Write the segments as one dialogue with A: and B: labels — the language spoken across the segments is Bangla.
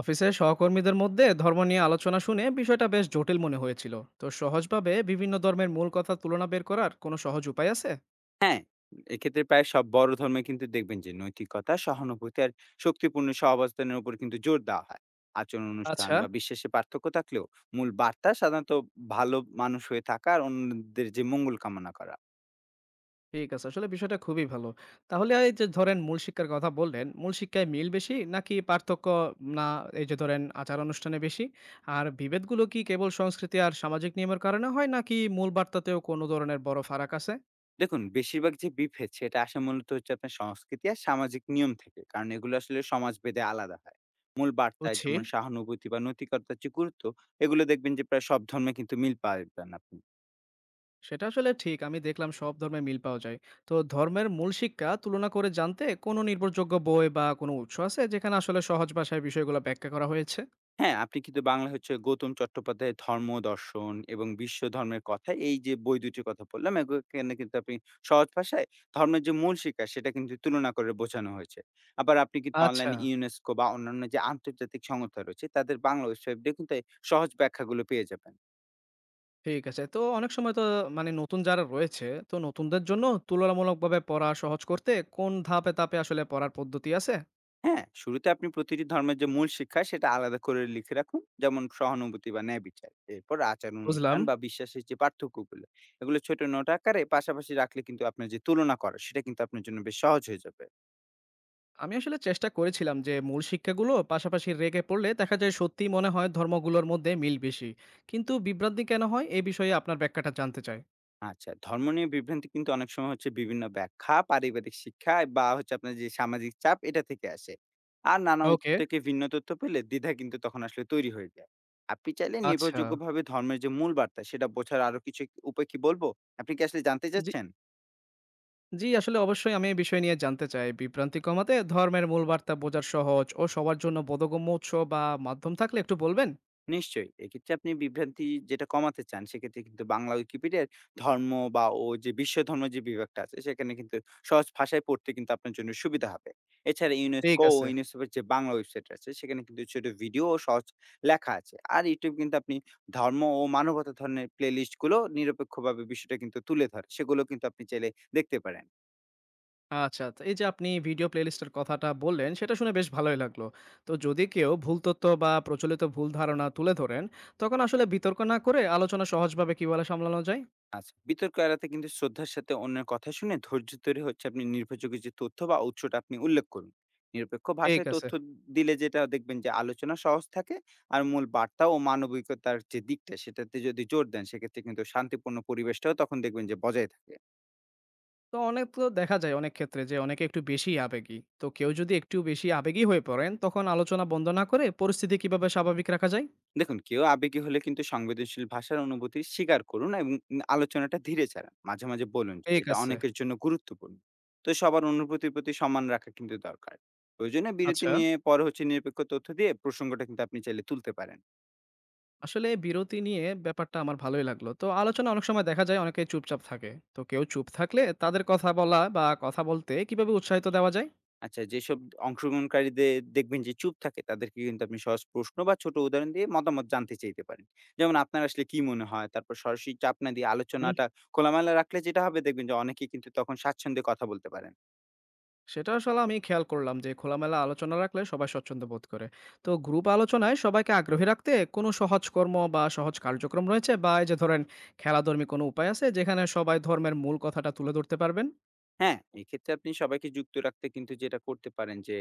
A: অফিসের সহকর্মীদের মধ্যে ধর্ম নিয়ে আলোচনা শুনে বিষয়টা বেশ জটিল মনে হয়েছিল। তো সহজভাবে বিভিন্ন ধর্মের মূল কথা তুলনা বের করার কোনো সহজ উপায় আছে?
B: হ্যাঁ, এক্ষেত্রে প্রায় সব বড় ধর্মে কিন্তু দেখবেন যে নৈতিকতা, সহানুভূতি আর শক্তিপূর্ণ সহাবস্থানের উপর কিন্তু জোর দেওয়া হয়। আচরণ, অনুষ্ঠান
A: আচ্ছা।
B: বা বিশ্বাসে পার্থক্য থাকলেও মূল বার্তা সাধারণত ভালো মানুষ হয়ে থাকা আর অন্যদের যে মঙ্গল কামনা করা।
A: ঠিক আছে, আসলে বিষয়টা খুবই ভালো। তাহলে এই যে ধরেন মূল শিক্ষার কথা বললেন, মূল শিক্ষায় মিল বেশি নাকি পার্থক্য, না এই যে ধরেন আচার অনুষ্ঠানে বেশি আর বিভেদগুলো কি কেবল সংস্কৃতি আর সামাজিক নিয়মের কারণে হয় নাকি মূল বার্তাতেও কোনো ধরনের বড় ফারাক আছে?
B: দেখুন বেশিরভাগ যে বিভেদ সেটা আসে মূলত হচ্ছে আপনার সংস্কৃতি আর সামাজিক নিয়ম থেকে। কারণ এগুলো আসলে সমাজভেদে আলাদা হয়। মূল বার্তায়
A: বুঝছি।
B: যেমন সহানুভূতি বা নৈতিকতার যে গুরুত্ব এগুলো দেখবেন যে প্রায় সব ধর্মে কিন্তু মিল পাবেন আপনি।
A: সেটা আসলে ঠিক। আমি দেখলাম সব ধর্মে মিল পাওয়া যায়। তো ধর্মের মূল শিক্ষা তুলনা করে জানতে কোনো নির্ভরযোগ্য বই বা কোনো উৎস আছে যেখানে আসলে সহজ ভাষায় বিষয়গুলো ব্যাখ্যা করা হয়েছে?
B: হ্যাঁ, আপনি কিন্তু বাংলা হচ্ছে গৌতম চট্টোপাধ্যায়ের 'ধর্ম দর্শন' এবং 'বিশ্ব ধর্মের কথা' এই যে বই দুটির কথা বললাম, এগুলো এখানে কিন্তু আপনি সহজ ভাষায় ধর্মের যে মূল শিক্ষা সেটা কিন্তু তুলনা করে বোঝানো হয়েছে। আবার আপনি কিন্তু
A: আচ্ছা,
B: অনলাইনে UNESCO বা অন্যান্য যে আন্তর্জাতিক সংস্থা রয়েছে তাদের বাংলা ওয়েবসাইট দিয়ে কিন্তু এই সহজ ব্যাখ্যাগুলো পেয়ে যাবেন।
A: ঠিক আছে। তো অনেক সময় তো মানে নতুন যারা রয়েছে, তো নতুনদের জন্য তুলনামূলকভাবে পড়া সহজ করতে কোন ধাপে ধাপে আসলে পড়ার পদ্ধতি আছে?
B: হ্যাঁ, শুরুতে আপনি প্রতিটি ধর্মের যে মূল শিক্ষা সেটা আলাদা করে লিখে রাখুন। যেমন সহানুভূতি বা ন্যায় বিচার। এরপর আচার
A: বুঝলাম।
B: অনুষ্ঠান বা বিশ্বাসের যে পার্থক্যগুলো, এগুলো ছোট নোট আকারে পাশাপাশি রাখলে কিন্তু আপনার যে তুলনা করা সেটা কিন্তু আপনার জন্য বেশ সহজ হয়ে যাবে।
A: আমি আসলে চেষ্টা করেছিলাম যে মূল শিক্ষাগুলো পাশাপাশি রেখে পড়লে দেখা যায় সত্যিই মনে হয় ধর্মগুলোর মধ্যে মিল বেশি। কিন্তু বিভ্রান্তি কেন হয়? এ বিষয়ে আপনার ব্যাখ্যাটা জানতে চাই।
B: আচ্ছা, ধর্ম নিয়ে বিভ্রান্তি কিন্তু অনেক সময় হচ্ছে বিভিন্ন ব্যাখ্যা, পারিবারিক শিক্ষা বা হচ্ছে আপনার যে সামাজিক চাপ এটা থেকে আসে। আর নানা উৎস
A: ওকে।
B: থেকে ভিন্ন তথ্য পেলে দ্বিধা কিন্তু তখন আসলে তৈরি হয়ে যায়। আপনি চাইলে
A: আচ্ছা।
B: নির্ভরযোগ্যভাবে ধর্মের যে মূল বার্তা সেটা বোঝার আরো কিছু উপায় কি বলবো? আপনি কি আসলে জানতে
A: জি,
B: চাচ্ছেন?
A: জি, আসলে অবশ্যই আমি এই বিষয় নিয়ে জানতে চাই। বিভ্রান্তি কমাতে ধর্মের মূল বার্তা বোঝার সহজ ও সবার জন্য বোধগম্য উৎস বা মাধ্যম থাকলে একটু বলবেন?
B: নিশ্চয়ই। এক্ষেত্রে আপনি বিভ্রান্তি যেটা কমাতে চান, সেক্ষেত্রে কিন্তু বাংলা উইকিপিডিয়ার ধর্ম বা ও যে বিশ্ব ধর্ম যে বিভাগটা আছে, সেখানে কিন্তু সহজ ভাষায় পড়তে কিন্তু আপনার জন্য সুবিধা হবে। এছাড়া
A: ঠিক
B: ইউনেস্কো ও
A: আছে।
B: ইউনিসেফের যে বাংলা ওয়েবসাইট আছে, সেখানে কিন্তু ছোট ভিডিও ও সহজ লেখা আছে। আর YouTube কিন্তু আপনি ধর্ম ও মানবতা ধরনের প্লেলিস্ট গুলো নিরপেক্ষভাবে বিষয়টা কিন্তু তুলে ধরে। সেগুলো কিন্তু আপনি চাইলে দেখতে পারেন।
A: আচ্ছা, তো এই যে আপনি ভিডিও প্লেলিস্টের কথাটা বললেন, সেটা শুনে বেশ ভালোই লাগলো। তো যদি কেউ ভুল তথ্য বা প্রচলিত ভুল ধারণা তুলে ধরেন, তখন আসলে বিতর্ক না করে আলোচনা সহজভাবে কিভাবে সামলানো যায়?
B: আচ্ছা, বিতর্ক এড়াতে কিন্তু শ্রদ্ধার সাথে অন্যের কথা শুনে ধৈর্য ধরে হচ্ছে আপনি নির্ভরযোগ্য যে তথ্য বা উৎসটা আপনি উল্লেখ করুন। নিরপেক্ষ
A: ঠিক
B: ভাষায়
A: আছে।
B: তথ্য দিলে যেটা দেখবেন যে আলোচনা সহজ থাকে আর মূল বার্তা ও মানবিকতার যে দিকটা সেটাতে যদি জোর দেন সেক্ষেত্রে কিন্তু শান্তিপূর্ণ পরিবেশটাও তখন দেখবেন যে বজায় থাকে।
A: তো দেখা যায় অনেক ক্ষেত্রে যে অনেকে একটু বেশিই আবেগী। তো কেউ যদি একটু বেশি আবেগী হয়ে পড়েন, তখন আলোচনা বন্ধ না করে পরিস্থিতি কিভাবে স্বাভাবিক রাখা যায়?
B: দেখুন, কেউ আবেগী হলে কিন্তু সংবেদনশীল ভাষার অনুভূতি স্বীকার করুন এবং আলোচনাটা ধীরে চালান। মাঝে, মাঝে বলুন যে,
A: ঠিক
B: এটা
A: আছে।
B: অনেকের জন্য গুরুত্বপূর্ণ। তো সবার অনুভূতির প্রতি সম্মান রাখা কিন্তু দরকার। প্রয়োজনে বিরতি
A: আচ্ছা,
B: নিয়ে পরে হচ্ছে নিরপেক্ষ তথ্য দিয়ে প্রসঙ্গটা কিন্তু আপনি চাইলে তুলতে পারেন।
A: আসলে বিরতি নিয়ে ব্যাপারটা আমার ভালোই লাগলো। তো আলোচনা অনেক সময় দেখা যায় অনেকেই চুপচাপ থাকে। তো কেউ চুপ থাকলে তাদের কথা বলা বা কথা বলতে কিভাবে উৎসাহিত দেওয়া যায়?
B: আচ্ছা, যেসব অংশগ্রহণকারীদের দেখবেন যে চুপ থাকে, তাদেরকে কিন্তু আপনি সহজ প্রশ্ন বা ছোট উদাহরণ দিয়ে মতামত জানতে চাইতে পারেন। যেমন আপনার আসলে কি মনে হয়? তারপর সরাসরি চাপ না দিয়ে
A: হুম।
B: আলোচনাটা খোলামেলা রাখলে যেটা হবে দেখবেন যে অনেকেই কিন্তু তখন স্বাচ্ছন্দ্যে কথা বলতে পারেন।
A: সেটা আসলে আমি খেয়াল করলাম যে খোলামেলা আলোচনা রাখলে সবাই স্বচ্ছন্দ্য বোধ করে। তো গ্রুপ আলোচনায় সবাইকে আগ্রহী রাখতে কোনো সহজ কর্ম বা সহজ কার্যক্রম রয়েছে? বা এই যে ধরেন খেলাধর্মী কোনো উপায় আছে যেখানে সবাই ধর্মের মূল কথাটা তুলে ধরতে পারবেন?
B: হ্যাঁ, এক্ষেত্রে আপনি সবাইকে যুক্ত রাখতে কিন্তু যেটা করতে পারেন যে,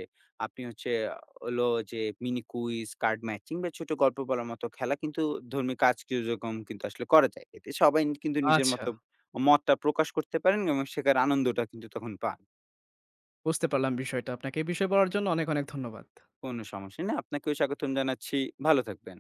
B: আপনি হচ্ছে আ হলো যে মিনি কুইজ, কার্ড ম্যাচিং বা ছোট গল্প বলার মতো খেলা কিন্তু ধর্মীয় কাজ কিরকম কিন্তু আসলে করা যায়। এতে সবাই কিন্তু নিজের
A: আচ্ছা,
B: মতো মতটা প্রকাশ করতে পারেন এবং শেখার আনন্দটা কিন্তু তখন পান।
A: বুঝতে পারলাম বিষয়টা। আপনাকে এই বিষয়ে বলার জন্য অনেক, অনেক ধন্যবাদ।
B: কোনো সমস্যা নেই। আপনাকেও স্বাগতম জানাচ্ছি। ভালো থাকবেন।